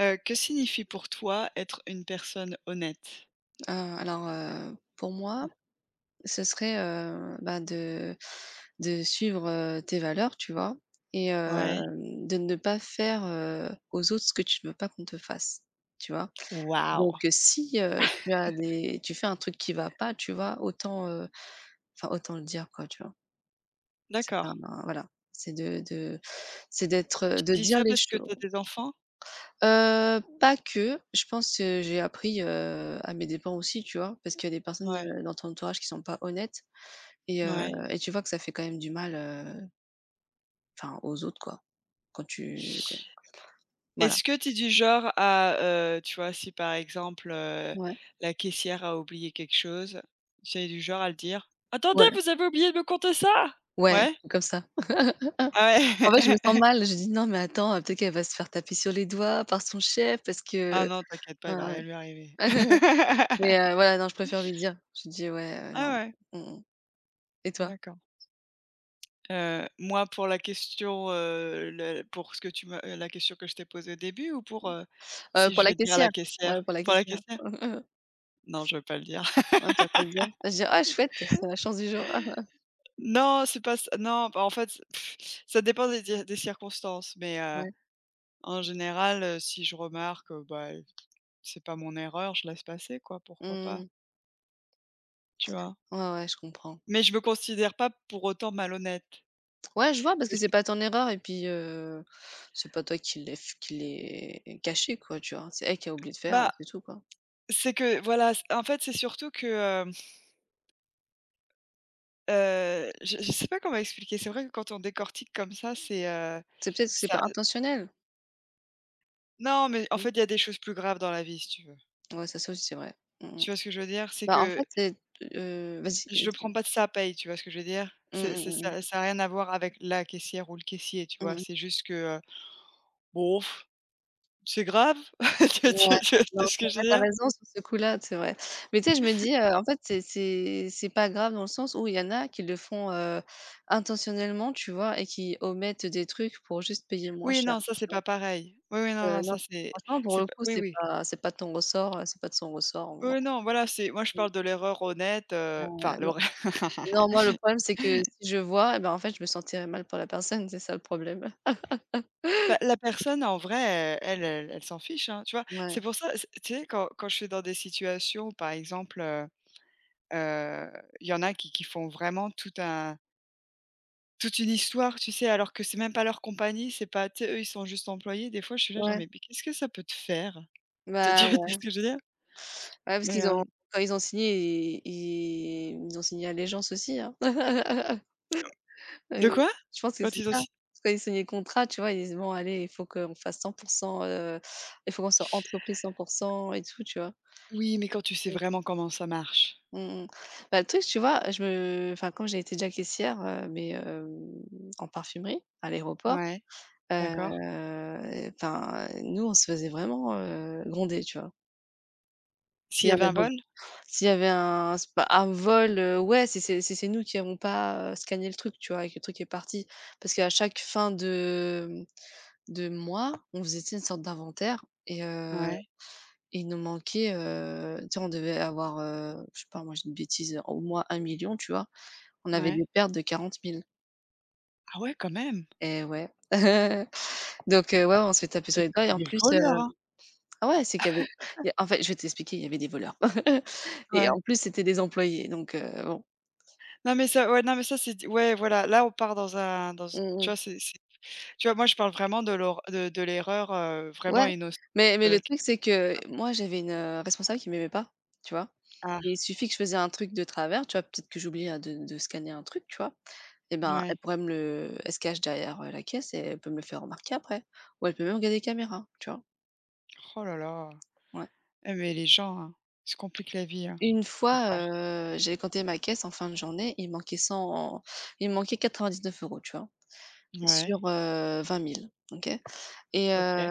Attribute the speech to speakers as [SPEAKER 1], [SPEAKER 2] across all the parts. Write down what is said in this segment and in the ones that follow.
[SPEAKER 1] Que signifie pour toi être une personne honnête?
[SPEAKER 2] Heu, alors, pour moi, ce serait, bah, de suivre, tes valeurs, tu vois? Et
[SPEAKER 1] Ouais.
[SPEAKER 2] de ne pas faire, aux autres ce que tu ne veux pas qu'on te fasse, tu vois?
[SPEAKER 1] Waouh!
[SPEAKER 2] Donc si, tu as des tu fais un truc qui va pas, tu vois? Autant, enfin autant le dire quoi, tu vois? C'est
[SPEAKER 1] D'accord.
[SPEAKER 2] pas un- Voilà, c'est d'être,
[SPEAKER 1] Tu
[SPEAKER 2] de
[SPEAKER 1] dis
[SPEAKER 2] dire
[SPEAKER 1] ça
[SPEAKER 2] les
[SPEAKER 1] parce que tu as
[SPEAKER 2] choses.
[SPEAKER 1] des enfants?
[SPEAKER 2] Pas que. Je pense, que j'ai appris, à mes dépens aussi, tu vois? Parce qu'il y a des personnes,
[SPEAKER 1] Ouais,
[SPEAKER 2] dans ton entourage qui sont pas honnêtes et heu
[SPEAKER 1] ouais.
[SPEAKER 2] et tu vois que ça fait quand même du mal, enfin aux autres quoi, quand tu quand voilà.
[SPEAKER 1] Est-ce que tu es du genre à, tu vois, si par exemple,
[SPEAKER 2] Ouais,
[SPEAKER 1] la caissière a oublié quelque chose, tu es du genre à le dire: «Attendez,
[SPEAKER 2] ouais,
[SPEAKER 1] vous avez oublié de me compter ça?»
[SPEAKER 2] ouais,
[SPEAKER 1] Ouais?
[SPEAKER 2] comme ça.
[SPEAKER 1] Ah
[SPEAKER 2] En fait, je me sens
[SPEAKER 1] ouais.
[SPEAKER 2] mal, je dis: «Non mais attends, peut-être qu'elle va se faire taper sur les doigts par son chef parce
[SPEAKER 1] Ah
[SPEAKER 2] que»
[SPEAKER 1] non, t'inquiète pas,
[SPEAKER 2] ouais,
[SPEAKER 1] il va rien lui arriver.
[SPEAKER 2] ouais. Mais voilà, non, je préfère lui dire. Je dis: «Ouais,
[SPEAKER 1] Ah
[SPEAKER 2] non».
[SPEAKER 1] ouais,
[SPEAKER 2] Mmh mh. Et toi?
[SPEAKER 1] d'accord. Moi pour la question, le pour ce que tu me la question que je t'ai posée au début ou pour, si
[SPEAKER 2] Pour
[SPEAKER 1] je vais
[SPEAKER 2] la
[SPEAKER 1] dire à la
[SPEAKER 2] caissière. Ouais,
[SPEAKER 1] caissière?
[SPEAKER 2] pour la
[SPEAKER 1] Pour la
[SPEAKER 2] caissière.
[SPEAKER 1] caissière? Non, je veux pas le dire.
[SPEAKER 2] Ouais, tu vas pas te dire tu vas te dire: «Ah chouette, c'est la chance du jour».
[SPEAKER 1] Non, c'est pas ç non, bah, en fait, pff, ça dépend des circonstances, mais,
[SPEAKER 2] Ouais.
[SPEAKER 1] en général, si je remarque, bah, c'est pas mon erreur, je laisse passer quoi, pourquoi pas,
[SPEAKER 2] Mmh.
[SPEAKER 1] tu vois?
[SPEAKER 2] Ouais, ouais, je comprends.
[SPEAKER 1] Mais je me considère pas pour autant malhonnête.
[SPEAKER 2] Ouais, je vois parce que
[SPEAKER 1] Parce
[SPEAKER 2] c'est pas ton erreur et puis, c'est pas toi qui l'ai caché quoi, tu vois? C'est elle qui a oublié de faire et
[SPEAKER 1] bah,
[SPEAKER 2] c'est tout quoi.
[SPEAKER 1] c'est que voilà, c en fait, c'est surtout que, je sais pas comment expliquer. C'est vrai que quand on décortique comme ça, c'est,
[SPEAKER 2] C'est peut-être que c'est
[SPEAKER 1] ça
[SPEAKER 2] pas intentionnel.
[SPEAKER 1] non, mais en
[SPEAKER 2] Mmh.
[SPEAKER 1] fait, il y a des choses plus graves dans la vie, si tu veux.
[SPEAKER 2] Ouais, ça ça aussi c'est vrai. Mmh mh.
[SPEAKER 1] Tu vois ce que je veux dire? C'est
[SPEAKER 2] Bah en
[SPEAKER 1] que
[SPEAKER 2] fait, vas-y,
[SPEAKER 1] je le prends
[SPEAKER 2] vas-y.
[SPEAKER 1] pas de sa paye, tu vois ce que je veux dire?
[SPEAKER 2] Mmh
[SPEAKER 1] C'est
[SPEAKER 2] mh,
[SPEAKER 1] c'est
[SPEAKER 2] mmh mh.
[SPEAKER 1] ça ça a rien à voir avec la caissière ou le caissier, tu vois?
[SPEAKER 2] Mmh.
[SPEAKER 1] C'est juste que, bon, c'est grave. Tu
[SPEAKER 2] Ouais,
[SPEAKER 1] tu tu vois
[SPEAKER 2] non,
[SPEAKER 1] ce
[SPEAKER 2] c'est
[SPEAKER 1] que je
[SPEAKER 2] vrai,
[SPEAKER 1] veux
[SPEAKER 2] tu as
[SPEAKER 1] dire?
[SPEAKER 2] raison sur ce coup-là, c'est vrai. Mais tu sais, je me dis, en fait, c'est pas grave dans le sens où il y en a qui le font, intentionnellement, tu vois? Et qui omettent des trucs pour juste payer moins
[SPEAKER 1] Oui,
[SPEAKER 2] cher.
[SPEAKER 1] non, ça, c'est pas
[SPEAKER 2] Donc
[SPEAKER 1] pareil. Oui, oui, non, non,
[SPEAKER 2] non,
[SPEAKER 1] ça, c'est
[SPEAKER 2] franchement, pour
[SPEAKER 1] c'est
[SPEAKER 2] le
[SPEAKER 1] pas
[SPEAKER 2] coup,
[SPEAKER 1] oui,
[SPEAKER 2] c'est
[SPEAKER 1] oui.
[SPEAKER 2] pas c'est pas de ton ressort, c'est pas de son ressort, moi.
[SPEAKER 1] Oui, non, voilà, c'est moi, je parle de l'erreur honnête, enfin
[SPEAKER 2] Non.
[SPEAKER 1] l'horreur.
[SPEAKER 2] Non, moi, le problème, c'est que si je vois, et ben, en fait, je me sentirais mal pour la personne, c'est ça le problème.
[SPEAKER 1] Bah, la personne en vrai, elle, elle s'en fiche, hein, tu vois?
[SPEAKER 2] Ouais,
[SPEAKER 1] C'est pour ça, c tu sais quand je suis dans des situations, par exemple, heu, il y en a qui font vraiment toute une histoire, tu sais? Alors que c'est même pas leur compagnie, c'est pas tu sais, eux, ils sont juste employés. Des fois, je suis là, genre:
[SPEAKER 2] ouais,
[SPEAKER 1] «Mais quest ce que ça peut te faire?» Tu
[SPEAKER 2] bah,
[SPEAKER 1] tu vois ce
[SPEAKER 2] ouais.
[SPEAKER 1] que je veux dire?
[SPEAKER 2] Ouais, parce
[SPEAKER 1] Mais,
[SPEAKER 2] qu'ils ont quand ils ont signé, i i ils ont signé allégeance aussi, hein.
[SPEAKER 1] de
[SPEAKER 2] Heu,
[SPEAKER 1] quoi?
[SPEAKER 2] je pense que
[SPEAKER 1] Quand
[SPEAKER 2] c'est
[SPEAKER 1] ils ont
[SPEAKER 2] ça.
[SPEAKER 1] si
[SPEAKER 2] Parce que quand ils signent les contrats, tu vois, ils disent: «Bon allez, il faut qu'on fasse 100. Heu, il faut qu'on soit entreprise 100% et tout», tu vois?
[SPEAKER 1] Oui, mais quand tu sais
[SPEAKER 2] Mmh.
[SPEAKER 1] vraiment comment ça marche.
[SPEAKER 2] Mmh mmh. Bah, le truc, tu vois, je me enfin, quand j'ai été déjà caissière, mais en parfumerie, à l'aéroport,
[SPEAKER 1] Ouais, d'accord.
[SPEAKER 2] enfin, nous, on se faisait vraiment, gronder, tu vois?
[SPEAKER 1] S'il
[SPEAKER 2] S'il
[SPEAKER 1] y
[SPEAKER 2] y en
[SPEAKER 1] avait un
[SPEAKER 2] avait
[SPEAKER 1] vol?
[SPEAKER 2] s'il y avait un c'est pas un vol, ouais, si c'est nous qui avons pas, scanné le truc, tu vois, et que le truc est parti. Parce qu'à chaque fin de moi, on faisait, tu sais, une sorte d'inventaire et
[SPEAKER 1] Ouais,
[SPEAKER 2] il nous manquait, tu sais, on devait avoir, je sais pas moi, j'ai une bêtise, au moins 1 million, tu vois? On avait
[SPEAKER 1] ouais.
[SPEAKER 2] des pertes de 40 000,
[SPEAKER 1] Ah ouais, quand même!
[SPEAKER 2] et ouais. Donc ouais, on se fait taper
[SPEAKER 1] Et
[SPEAKER 2] sur les
[SPEAKER 1] puis
[SPEAKER 2] doigts et
[SPEAKER 1] c'est
[SPEAKER 2] en
[SPEAKER 1] des
[SPEAKER 2] plus,
[SPEAKER 1] voleurs, hein?
[SPEAKER 2] ah ouais, c'est qu'il y a en fait, je vais t'expliquer, il y avait des voleurs et
[SPEAKER 1] Ouais.
[SPEAKER 2] en plus, c'était des employés donc bon.
[SPEAKER 1] Non mais ça ouais, non mais ça c'est ouais voilà, là on part dans un dans
[SPEAKER 2] Mmh
[SPEAKER 1] tu
[SPEAKER 2] mh.
[SPEAKER 1] vois, c'est tu vois, moi je parle vraiment de l'erreur, vraiment
[SPEAKER 2] Ouais,
[SPEAKER 1] innocente
[SPEAKER 2] mais
[SPEAKER 1] de
[SPEAKER 2] le
[SPEAKER 1] laque
[SPEAKER 2] truc, c'est que moi, j'avais une, responsable qui m'aimait pas, tu vois?
[SPEAKER 1] ah
[SPEAKER 2] Et il suffit que je faisais un truc de travers, tu vois? Peut-être que j'oubliais, de scanner un truc, tu vois? Et ben, elle
[SPEAKER 1] ouais.
[SPEAKER 2] pourrait me le elle se cache derrière, la caisse et elle peut me le faire remarquer après. Ou elle peut même regarder les caméras, tu vois?
[SPEAKER 1] Oh là là.
[SPEAKER 2] Ouais.
[SPEAKER 1] Eh mais les gens, hein, ils se compliquent la vie, hein,
[SPEAKER 2] Une
[SPEAKER 1] en
[SPEAKER 2] fois,
[SPEAKER 1] vrai.
[SPEAKER 2] j'ai compté ma caisse en fin de journée, il me manquait 99 euros, tu vois?
[SPEAKER 1] Ouais,
[SPEAKER 2] Sur, 20 000, OK? Et
[SPEAKER 1] OK.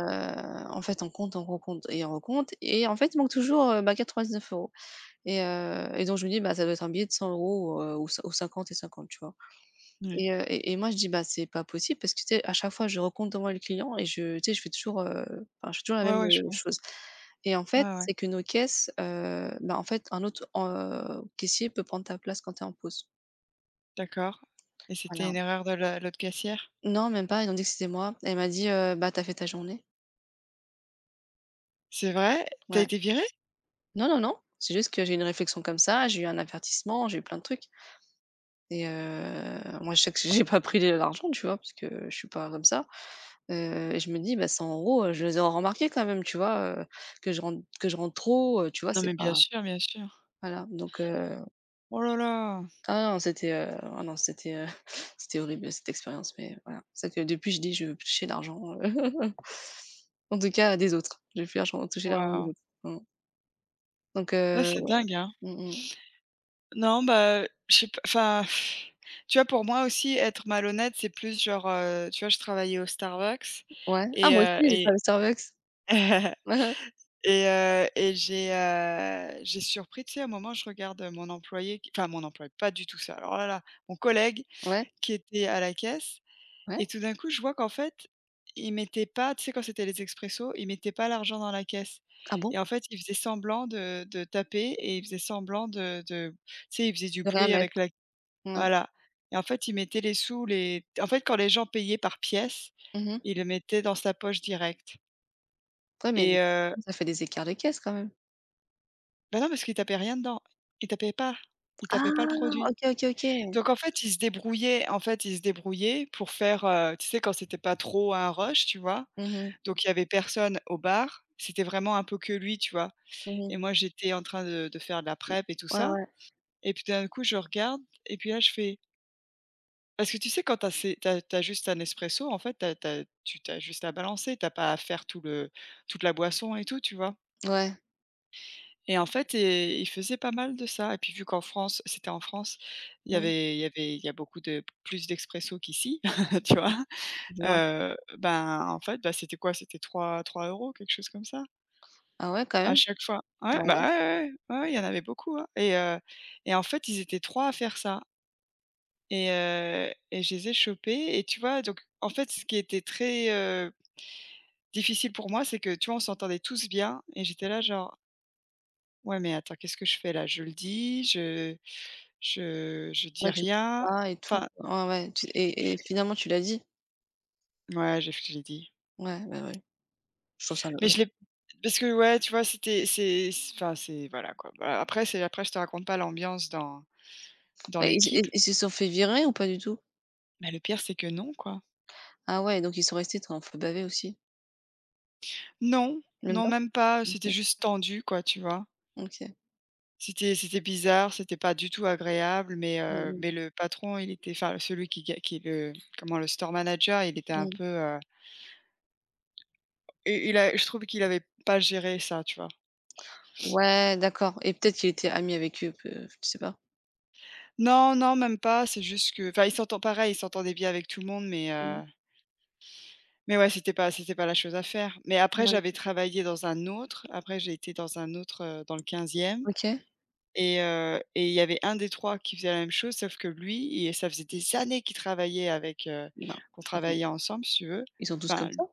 [SPEAKER 2] en fait, on compte, on recompte et en fait, il manque toujours, bah, 99 euros. Et et donc je me dis: «Bah, ça doit être un billet de 100 € ou cin ou 50 et 50», tu vois?
[SPEAKER 1] Ouais.
[SPEAKER 2] Et moi je dis: «Bah, c'est pas possible» parce que tu sais, à chaque fois je recompte devant le client et je tu sais, je fais toujours, enfin je fais toujours la
[SPEAKER 1] Ouais,
[SPEAKER 2] même,
[SPEAKER 1] ouais, je vois.
[SPEAKER 2] chose. Et en fait,
[SPEAKER 1] Ouais, ouais,
[SPEAKER 2] c'est que nos caisses, bah, en fait, un autre, caissier peut prendre ta place quand tu es en pause.
[SPEAKER 1] d'accord et c'était une
[SPEAKER 2] Voilà.
[SPEAKER 1] erreur de la l'autre caissière?
[SPEAKER 2] Non, même pas, ils ont dit que c'était moi. Elle m'a dit, «Bah, t'as fait ta journée».
[SPEAKER 1] C'est vrai? Tu as
[SPEAKER 2] Ouais.
[SPEAKER 1] été virée?
[SPEAKER 2] Non, non, non, c'est juste que j'ai eu une réflexion comme ça, j'ai eu un avertissement, j'ai eu plein de trucs. Et moi je sais que j'ai pas pris l'argent, tu vois? Parce que je suis pas comme ça. Et je me dis: «Bah, 100 €, je les aurais remarqués quand même», tu vois? Que je rentre que je rentre trop, tu vois?
[SPEAKER 1] Non
[SPEAKER 2] C'est
[SPEAKER 1] mais bien
[SPEAKER 2] pas
[SPEAKER 1] sûr, bien sûr.
[SPEAKER 2] Voilà, donc
[SPEAKER 1] Oh là là.
[SPEAKER 2] ah non, c'était, c'était horrible cette expérience, mais voilà. C'est vrai que depuis je dis: «Je veux plus toucher l'argent», en tout cas des autres. Je veux plus l'argent toucher l'argent
[SPEAKER 1] Waouh.
[SPEAKER 2] des autres. Mmh. Donc
[SPEAKER 1] Là, c'est dingue, hein.
[SPEAKER 2] mmh mh.
[SPEAKER 1] Non, bah, je sais p enfin, tu vois, pour moi aussi, être malhonnête, c'est plus genre, tu vois, je travaillais au Starbucks
[SPEAKER 2] Ouais. Ah moi aussi j'ai
[SPEAKER 1] et
[SPEAKER 2] travaillé au Starbucks.
[SPEAKER 1] et j'ai surpris, tu sais, à un moment, je regarde mon employé qui enfin, mon employé, pas du tout ça, alors là là, mon collègue
[SPEAKER 2] Ouais, ouais.
[SPEAKER 1] qui était à la caisse
[SPEAKER 2] Ouais.
[SPEAKER 1] et tout d'un coup, je vois qu'en fait, il mettait pas tu sais, quand c'était les expressos, il mettait pas l'argent dans la caisse
[SPEAKER 2] Ah
[SPEAKER 1] et
[SPEAKER 2] bon?
[SPEAKER 1] en fait, il faisait semblant de taper et il faisait semblant de tu sais, il faisait du
[SPEAKER 2] De rien
[SPEAKER 1] bruit
[SPEAKER 2] mettre.
[SPEAKER 1] avec la
[SPEAKER 2] Ouais.
[SPEAKER 1] voilà et en fait, il mettait les sous, les en fait, quand les gens payaient par pièce,
[SPEAKER 2] Mmh.
[SPEAKER 1] il le mettait dans sa poche direct
[SPEAKER 2] Ouais, mais
[SPEAKER 1] et
[SPEAKER 2] ça fait des écarts de caisse quand même.
[SPEAKER 1] bah, non, parce qu'il tapait rien dedans. Il tapait pas. Il tapait pas le
[SPEAKER 2] Ah!
[SPEAKER 1] produit.
[SPEAKER 2] OK, OK, OK.
[SPEAKER 1] Donc en fait, il se débrouillait en fait, il se débrouillait pour faire, tu sais, quand c'était pas trop un rush, tu vois?
[SPEAKER 2] Mmh mh.
[SPEAKER 1] Donc il y avait personne au bar, c'était vraiment un peu que lui, tu vois?
[SPEAKER 2] Mmh mh.
[SPEAKER 1] Et moi, j'étais en train de faire de la prep et tout
[SPEAKER 2] Ouais,
[SPEAKER 1] ça
[SPEAKER 2] ouais.
[SPEAKER 1] et puis d'un coup, je regarde et puis là, je fais. Parce que tu sais, quand tu as ces juste un espresso, en fait, t'as as tu as juste à balancer, t'as pas à faire toute la boisson et tout, tu vois?
[SPEAKER 2] Ouais.
[SPEAKER 1] Et en fait, et ils faisaient pas mal de ça et puis vu qu'en France c'était en France, il y
[SPEAKER 2] Mmh.
[SPEAKER 1] avait il y avait il y a beaucoup de plus d'expresso qu'ici, tu vois?
[SPEAKER 2] Je vois.
[SPEAKER 1] Ben, en fait, bah, c'était quoi? C'était trois 3 €, quelque chose comme ça,
[SPEAKER 2] Ah ouais, quand
[SPEAKER 1] à
[SPEAKER 2] même?
[SPEAKER 1] chaque fois. Ouais,
[SPEAKER 2] Ah ouais?
[SPEAKER 1] bah, ouais, ouais, ouais, ouais, il y en avait beaucoup, hein et en fait, ils étaient 3 à faire ça. Et je les ai chopés et tu vois? Donc en fait, ce qui était très, difficile pour moi, c'est que, tu vois? On s'entendait tous bien et j'étais là genre: «Ouais, mais attends, qu'est-ce que je fais là? Je le dis? Je dis
[SPEAKER 2] Ouais, tu
[SPEAKER 1] rien?»
[SPEAKER 2] vois et tout.
[SPEAKER 1] Enfin,
[SPEAKER 2] Ouais, ouais, tu et finalement tu l'as dit?
[SPEAKER 1] ouais, j'ai je l'ai dit.
[SPEAKER 2] Ouais, ouais, ouais. Je trouve ça
[SPEAKER 1] Mais je l'ai
[SPEAKER 2] Et
[SPEAKER 1] parce que ouais, tu vois? C'était c'est c enfin, c'est voilà quoi. Bah, après je te raconte pas l'ambiance dans
[SPEAKER 2] ils
[SPEAKER 1] l'équipe,
[SPEAKER 2] ils ils se sont fait virer ou pas du tout?
[SPEAKER 1] mais le pire, c'est que non, quoi.
[SPEAKER 2] Ah ouais, donc ils sont restés te un peu bavés aussi?
[SPEAKER 1] Non,
[SPEAKER 2] Même
[SPEAKER 1] non,
[SPEAKER 2] pas?
[SPEAKER 1] même pas, c'était
[SPEAKER 2] OK.
[SPEAKER 1] juste tendu, quoi, tu vois?
[SPEAKER 2] OK.
[SPEAKER 1] C'était bizarre, c'était pas du tout agréable,
[SPEAKER 2] Mmh mh.
[SPEAKER 1] mais le patron, il était enfin celui qui est le comment? Le store manager, il était un
[SPEAKER 2] Mmh.
[SPEAKER 1] peu, et il a je trouve qu'il avait pas géré ça, tu vois?
[SPEAKER 2] Ouais, d'accord, et peut-être qu'il était ami avec eux, peu tu sais pas?
[SPEAKER 1] Non, non, même pas, c'est juste que enfin il s'entendait bien avec tout le monde, mais,
[SPEAKER 2] Mmh.
[SPEAKER 1] mais ouais, c'était pas la chose à faire. Mais
[SPEAKER 2] Ouais.
[SPEAKER 1] après j'ai été dans un autre, dans le quinzième.
[SPEAKER 2] OK.
[SPEAKER 1] Et il y avait un des 3 qui faisait la même chose, sauf que lui, il ça faisait des années qu'il travaillait avec,
[SPEAKER 2] Ben,
[SPEAKER 1] qu'on
[SPEAKER 2] ils sont
[SPEAKER 1] travaillait ensemble, si tu veux.
[SPEAKER 2] ils sont tous
[SPEAKER 1] Enfin,
[SPEAKER 2] comme ça?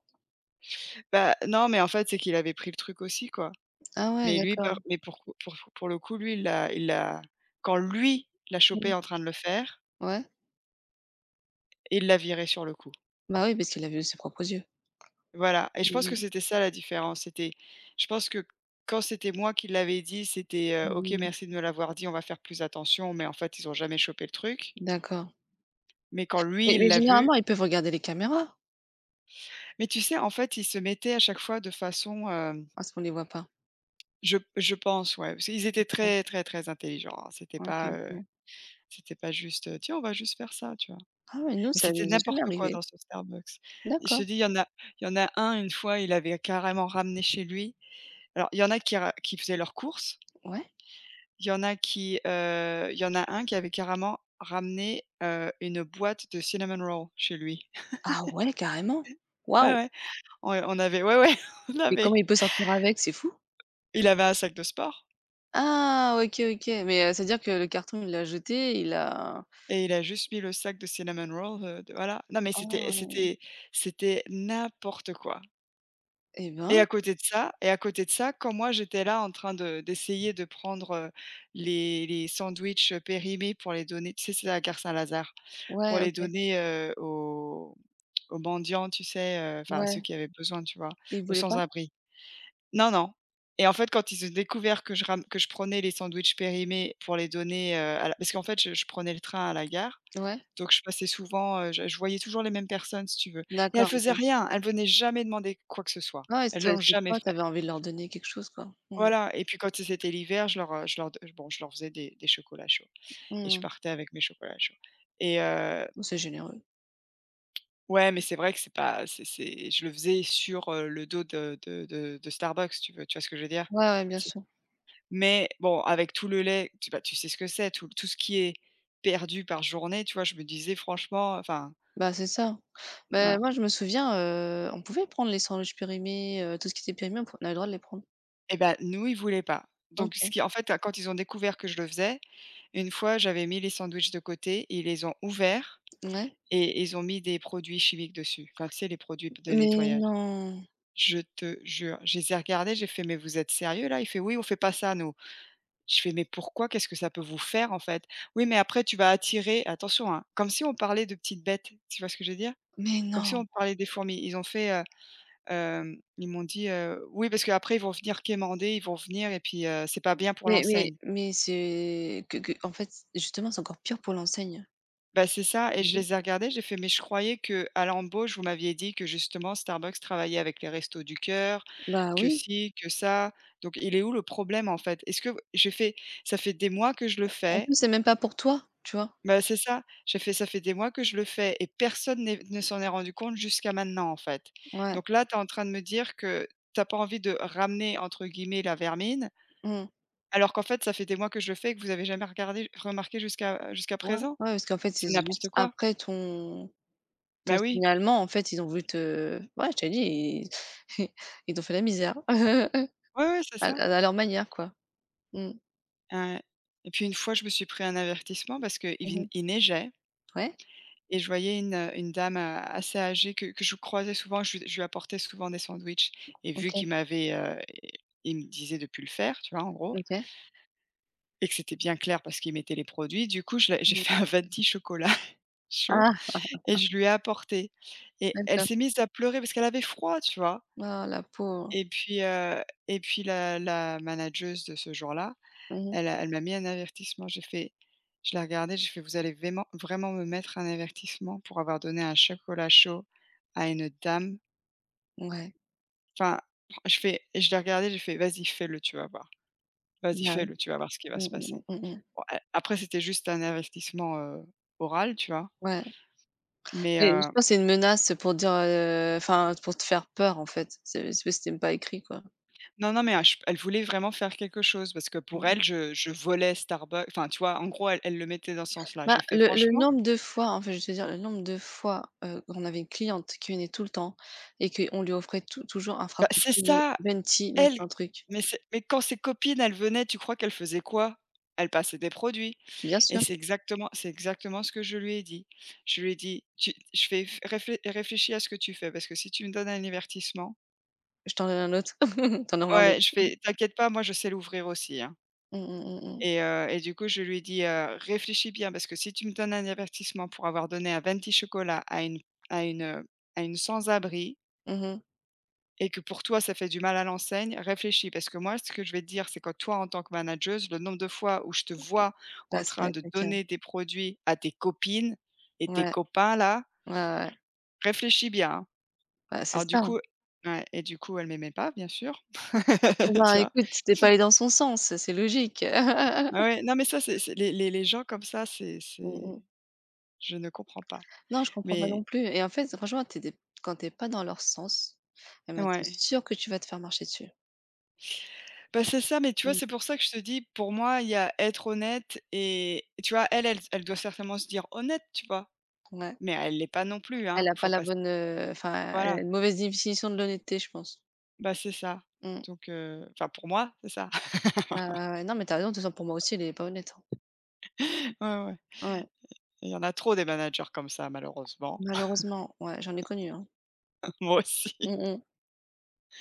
[SPEAKER 1] bah, non, mais en fait, c'est qu'il avait pris le truc aussi, quoi.
[SPEAKER 2] Ah ouais,
[SPEAKER 1] Mais lui,
[SPEAKER 2] d'accord.
[SPEAKER 1] par mais pour le coup, lui, il l'a quand lui l'a
[SPEAKER 2] Mmh.
[SPEAKER 1] chopé en train de le faire,
[SPEAKER 2] Ouais.
[SPEAKER 1] il l'a viré sur le coup.
[SPEAKER 2] Bah, oui, parce qu'il l'a vu de ses propres yeux.
[SPEAKER 1] Voilà et je pense
[SPEAKER 2] Mmh
[SPEAKER 1] que
[SPEAKER 2] mh.
[SPEAKER 1] c'était ça la différence. C'était Je pense que quand c'était moi qui l'avais dit, c'était: «OK,
[SPEAKER 2] Mmh mh.
[SPEAKER 1] merci de me l'avoir dit, on va faire plus attention», mais en fait, ils ont jamais chopé le truc.
[SPEAKER 2] D'accord.
[SPEAKER 1] Mais quand lui,
[SPEAKER 2] Mais
[SPEAKER 1] il
[SPEAKER 2] mais
[SPEAKER 1] l'a vu.
[SPEAKER 2] généralement, ils peuvent regarder les caméras,
[SPEAKER 1] Mais tu sais, en fait, ils se mettaient à chaque fois de façon,
[SPEAKER 2] parce qu'on les voit pas?
[SPEAKER 1] je pense, ouais, parce qu'ils étaient
[SPEAKER 2] Ouais,
[SPEAKER 1] très, très, très intelligents, hein. C'était
[SPEAKER 2] OK,
[SPEAKER 1] pas, heu,
[SPEAKER 2] OK.
[SPEAKER 1] c'était pas juste: «Tiens, on va juste faire ça», tu vois?
[SPEAKER 2] Ah ouais, nous,
[SPEAKER 1] Mais
[SPEAKER 2] ça
[SPEAKER 1] c'était
[SPEAKER 2] nous est jamais
[SPEAKER 1] n'importe quoi
[SPEAKER 2] arrivé.
[SPEAKER 1] dans ce Starbucks. Et je te
[SPEAKER 2] D'accord,
[SPEAKER 1] dis, il y en a un, une fois, il avait carrément ramené chez lui, alors il y en a qui faisaient leurs courses,
[SPEAKER 2] ouais.
[SPEAKER 1] il y en a un qui avait carrément ramené, une boîte de cinnamon roll chez lui.
[SPEAKER 2] Ah ouais, carrément.
[SPEAKER 1] Ouais,
[SPEAKER 2] Waouh!
[SPEAKER 1] ouais, on on avait ouais, ouais, on
[SPEAKER 2] Mais
[SPEAKER 1] avait
[SPEAKER 2] comment il peut sortir avec? C'est fou.
[SPEAKER 1] il avait un sac de sport.
[SPEAKER 2] Ah OK, OK. Mais c'est-à-dire que le carton, il l'a jeté, il a.
[SPEAKER 1] Et il a juste mis le sac de cinnamon roll, de voilà. Non, mais c'était
[SPEAKER 2] Ah
[SPEAKER 1] c'était c'était n'importe quoi
[SPEAKER 2] et
[SPEAKER 1] et
[SPEAKER 2] ben,
[SPEAKER 1] à côté de ça et à côté de ça, quand moi j'étais là en train de d'essayer de prendre, les sandwichs, périmés pour les donner tu sais, c'est à la gare Saint-Lazare, pour
[SPEAKER 2] ouais,
[SPEAKER 1] les
[SPEAKER 2] OK,
[SPEAKER 1] donner, aux mendiants, tu sais, enfin à ceux
[SPEAKER 2] ouais.
[SPEAKER 1] qui avaient besoin, tu vois?
[SPEAKER 2] Il
[SPEAKER 1] Aux
[SPEAKER 2] voulait pas?
[SPEAKER 1] sans-abri. Non, non, et en fait, quand ils ont découvert que je ram que je prenais les sandwichs périmés pour les donner, à la parce qu'en fait, je prenais le train à la gare,
[SPEAKER 2] Ouais,
[SPEAKER 1] donc je passais souvent, je voyais toujours les mêmes personnes si tu veux, et elle
[SPEAKER 2] d'accord,
[SPEAKER 1] faisait
[SPEAKER 2] OK.
[SPEAKER 1] rien, elle venait jamais demander quoi que ce soit.
[SPEAKER 2] Ah ouais,
[SPEAKER 1] Elles
[SPEAKER 2] c'est
[SPEAKER 1] l'ont jamais
[SPEAKER 2] toi, tu
[SPEAKER 1] fait.
[SPEAKER 2] avais envie de leur donner quelque chose, quoi. Mmh.
[SPEAKER 1] Voilà et puis quand c'était l'hiver, je leur, je leur faisais des chocolats chauds
[SPEAKER 2] Mmh
[SPEAKER 1] et je
[SPEAKER 2] mh.
[SPEAKER 1] partais avec mes chocolats chauds et,
[SPEAKER 2] C'est généreux.
[SPEAKER 1] ouais, mais c'est vrai que c'est pas c'est c'est je le faisais sur, le dos de Starbucks si tu veux, tu vois ce que je veux dire?
[SPEAKER 2] Ouais, ouais, bien
[SPEAKER 1] C'est
[SPEAKER 2] sûr.
[SPEAKER 1] Mais bon, avec tout le lait, tu bah, tu sais ce que c'est, tout ce qui est perdu par journée, tu vois? Je me disais franchement, enfin,
[SPEAKER 2] Bah, c'est ça. Bah,
[SPEAKER 1] voilà.
[SPEAKER 2] moi, je me souviens, on pouvait prendre les sandwichs périmés, tout ce qui était périmé, on avait le droit de les prendre.
[SPEAKER 1] Et ben nous, ils voulaient pas. Donc ce
[SPEAKER 2] OK.
[SPEAKER 1] quand ils ont découvert que je le faisais, une fois, j'avais mis les sandwichs de côté, ils les ont ouverts
[SPEAKER 2] Ouais.
[SPEAKER 1] et ils ont mis des produits chimiques dessus. Enfin, tu sais, les produits de
[SPEAKER 2] Mais
[SPEAKER 1] nettoyage.
[SPEAKER 2] non!
[SPEAKER 1] Je te jure, je les ai regardés, j'ai fait: «Mais vous êtes sérieux là?» Il fait: «Oui, on fait pas ça nous». Je fais: «Mais pourquoi? Qu'est-ce que ça peut vous faire en fait?» «Oui, mais après tu vas attirer» attention, hein, comme si on parlait de petites bêtes, tu vois ce que je veux dire?
[SPEAKER 2] Mais
[SPEAKER 1] Comme si
[SPEAKER 2] non!
[SPEAKER 1] on parlait des fourmis. Ils ont fait, ils m'ont dit, «Oui, parce qu'après ils vont venir quémander, ils vont venir et puis, c'est pas bien pour
[SPEAKER 2] Mais mais
[SPEAKER 1] l'enseigne».
[SPEAKER 2] mais c'est que en fait, justement, c'est encore pire pour l'enseigne.
[SPEAKER 1] Bah, c'est ça et je
[SPEAKER 2] Mmh.
[SPEAKER 1] les ai regardés, j'ai fait: «Mais je croyais que qu'à l'embauche, vous m'aviez dit que justement Starbucks travaillait avec les Restos du Cœur,
[SPEAKER 2] Bah,
[SPEAKER 1] que
[SPEAKER 2] oui.
[SPEAKER 1] si que ça, donc il est où le problème en fait? Est-ce que j'ai fait: «Ça fait des mois que je le
[SPEAKER 2] En
[SPEAKER 1] fais».
[SPEAKER 2] plus, c'est même pas pour toi, tu vois?
[SPEAKER 1] Bah, c'est ça, j'ai fait: «Ça fait des mois que je le fais et personne n'est ne s'en est rendu compte jusqu'à maintenant en fait.
[SPEAKER 2] Ouais.
[SPEAKER 1] Donc là, tu es en train de me dire que t'as pas envie de "ramener" entre guillemets la vermine».
[SPEAKER 2] Mmh.
[SPEAKER 1] Alors qu'en fait, ça fait des mois que je le fais et que vous avez jamais regardé remarqué jusqu'à
[SPEAKER 2] Ouais, ouais,
[SPEAKER 1] présent.
[SPEAKER 2] parce qu'en fait, c'est
[SPEAKER 1] C'est n'importe
[SPEAKER 2] juste
[SPEAKER 1] quoi.
[SPEAKER 2] après
[SPEAKER 1] Bah
[SPEAKER 2] ton
[SPEAKER 1] oui,
[SPEAKER 2] signalement, en fait, ils ont voulu te ouais, je t'ai dit, ils ils t'ont fait la misère
[SPEAKER 1] ouais, ouais, c'est ça.
[SPEAKER 2] à leur manière, quoi. Mmh.
[SPEAKER 1] Heu et puis une fois, je me suis pris un avertissement parce qu'il vin
[SPEAKER 2] Mmh.
[SPEAKER 1] il neigeait
[SPEAKER 2] Ouais,
[SPEAKER 1] et je voyais une dame, assez âgée que je croisais souvent, je lui apportais souvent des sandwichs et vu
[SPEAKER 2] OK.
[SPEAKER 1] il me disait de plus le faire, tu vois, en gros
[SPEAKER 2] OK.
[SPEAKER 1] et que c'était bien clair parce qu'il mettait les produits, du coup, je l'ai j'ai
[SPEAKER 2] Mmh.
[SPEAKER 1] fait un venti chocolat chaud
[SPEAKER 2] Ah!
[SPEAKER 1] et je lui ai apporté et elle
[SPEAKER 2] D'accord.
[SPEAKER 1] s'est mise à pleurer parce qu'elle avait froid, tu vois?
[SPEAKER 2] Ah, la pauvre.
[SPEAKER 1] Et puis la manageuse de ce jour-là,
[SPEAKER 2] Mmh mh.
[SPEAKER 1] elle m'a mis un avertissement. J'ai fait je l'ai regardée, j'ai fait: «Vous allez vraiment vraiment me mettre un avertissement pour avoir donné un chocolat chaud à une dame?»
[SPEAKER 2] Ouais.
[SPEAKER 1] Enfin, je fais et je l'ai regardée, j'ai fait: «Vas-y, fais-le, tu vas voir. Vas-y,
[SPEAKER 2] Bah, oui.
[SPEAKER 1] fais-le, tu vas voir ce qui va
[SPEAKER 2] Mmh,
[SPEAKER 1] se
[SPEAKER 2] mmh,
[SPEAKER 1] passer».
[SPEAKER 2] mmh, mmh. Mmh.
[SPEAKER 1] Bon, a après c'était juste un avertissement, oral, tu vois?
[SPEAKER 2] Ouais.
[SPEAKER 1] Mais,
[SPEAKER 2] Mais je pense c'est une menace pour dire, enfin, pour te faire peur, en fait. C'est parce que c'est même pas écrit, quoi.
[SPEAKER 1] non, non, mais elle voulait vraiment faire quelque chose parce que pour
[SPEAKER 2] Mmh.
[SPEAKER 1] elle, je volais Starbucks, enfin, tu vois? En gros, elle le mettait dans ce sens-là.
[SPEAKER 2] Bah,
[SPEAKER 1] J'ai fait:
[SPEAKER 2] le
[SPEAKER 1] «Franchement».
[SPEAKER 2] nombre de fois, en fait, je vais te dire le nombre de fois, on avait une cliente qui venait tout le temps et qu'on lui offrait toujours un
[SPEAKER 1] Bah, c'est
[SPEAKER 2] frappuccino,
[SPEAKER 1] ça,
[SPEAKER 2] venti,
[SPEAKER 1] elle
[SPEAKER 2] machin truc.
[SPEAKER 1] mais c'est mais quand ses copines, elles venaient, tu crois qu'elles faisaient quoi? Elles passaient des produits
[SPEAKER 2] Bien
[SPEAKER 1] et
[SPEAKER 2] sûr,
[SPEAKER 1] c'est exactement ce que je lui ai dit. Je lui ai dit: «Tu» je fais: «F réflé Réfléchis à ce que tu fais parce que si tu me donnes un avertissement».
[SPEAKER 2] je t'en donne un autre. Tu en auras un
[SPEAKER 1] Ouais,
[SPEAKER 2] autre.
[SPEAKER 1] je fais: «T'inquiète pas, moi je sais l'ouvrir aussi, hein».
[SPEAKER 2] Mmh, mmh, mmh, mmh.
[SPEAKER 1] Et et du coup, je lui ai dit, «Réfléchis bien parce que si tu me donnes un avertissement pour avoir donné un venti chocolat à une à une, à une sans abri».
[SPEAKER 2] Mmh mh.
[SPEAKER 1] Et que pour toi, ça fait du mal à l'enseigne, réfléchis parce que moi, ce que je vais te dire, c'est que toi, en tant que manageuse, le nombre de fois où je te vois en
[SPEAKER 2] Passer
[SPEAKER 1] train
[SPEAKER 2] à
[SPEAKER 1] de
[SPEAKER 2] quelqu'un.
[SPEAKER 1] donner des produits à tes copines et tes
[SPEAKER 2] Ouais.
[SPEAKER 1] copains là,
[SPEAKER 2] Ouais, ouais, ouais.
[SPEAKER 1] réfléchis bien, hein.
[SPEAKER 2] Bah, c'est
[SPEAKER 1] Alors du
[SPEAKER 2] ça.
[SPEAKER 1] coup ouais et du coup, elle m'aimait pas bien sûr,
[SPEAKER 2] Eh ben,
[SPEAKER 1] tu vois?
[SPEAKER 2] écoute, t'es pas allé dans son sens, c'est logique.
[SPEAKER 1] Ah ouais, non mais ça c'est les gens comme ça,
[SPEAKER 2] Mmh
[SPEAKER 1] c'est
[SPEAKER 2] mh.
[SPEAKER 1] je ne comprends pas.
[SPEAKER 2] Non, je comprends pas
[SPEAKER 1] Mais
[SPEAKER 2] non plus et en fait, franchement, tu des quand t'es pas dans leur sens, eh ben, tu es
[SPEAKER 1] ouais.
[SPEAKER 2] sûre que tu vas te faire marcher dessus.
[SPEAKER 1] Bah, c'est ça, mais tu vois, c'est
[SPEAKER 2] Mmh,
[SPEAKER 1] pour ça que je te dis, pour moi, il y a être honnête et tu vois, elle, elle doit certainement se dire honnête, tu vois?
[SPEAKER 2] ouais.
[SPEAKER 1] Mais elle l'est pas non plus,
[SPEAKER 2] Elle
[SPEAKER 1] hein.
[SPEAKER 2] a pas
[SPEAKER 1] Faut
[SPEAKER 2] la
[SPEAKER 1] pas s
[SPEAKER 2] bonne, enfin, elle
[SPEAKER 1] Voilà,
[SPEAKER 2] a une mauvaise définition de l'honnêteté, je pense.
[SPEAKER 1] bah, c'est ça.
[SPEAKER 2] Mmh.
[SPEAKER 1] Donc enfin pour moi, c'est ça.
[SPEAKER 2] Ouais, ouais, ouais. Non, mais t'as raison, de toute façon pour moi aussi, elle est pas honnête, hein.
[SPEAKER 1] Ouais, ouais.
[SPEAKER 2] Ouais,
[SPEAKER 1] Il y en a trop des managers comme ça malheureusement.
[SPEAKER 2] malheureusement, ouais, j'en ai connu, hein.
[SPEAKER 1] Moi aussi.
[SPEAKER 2] Mmh mh.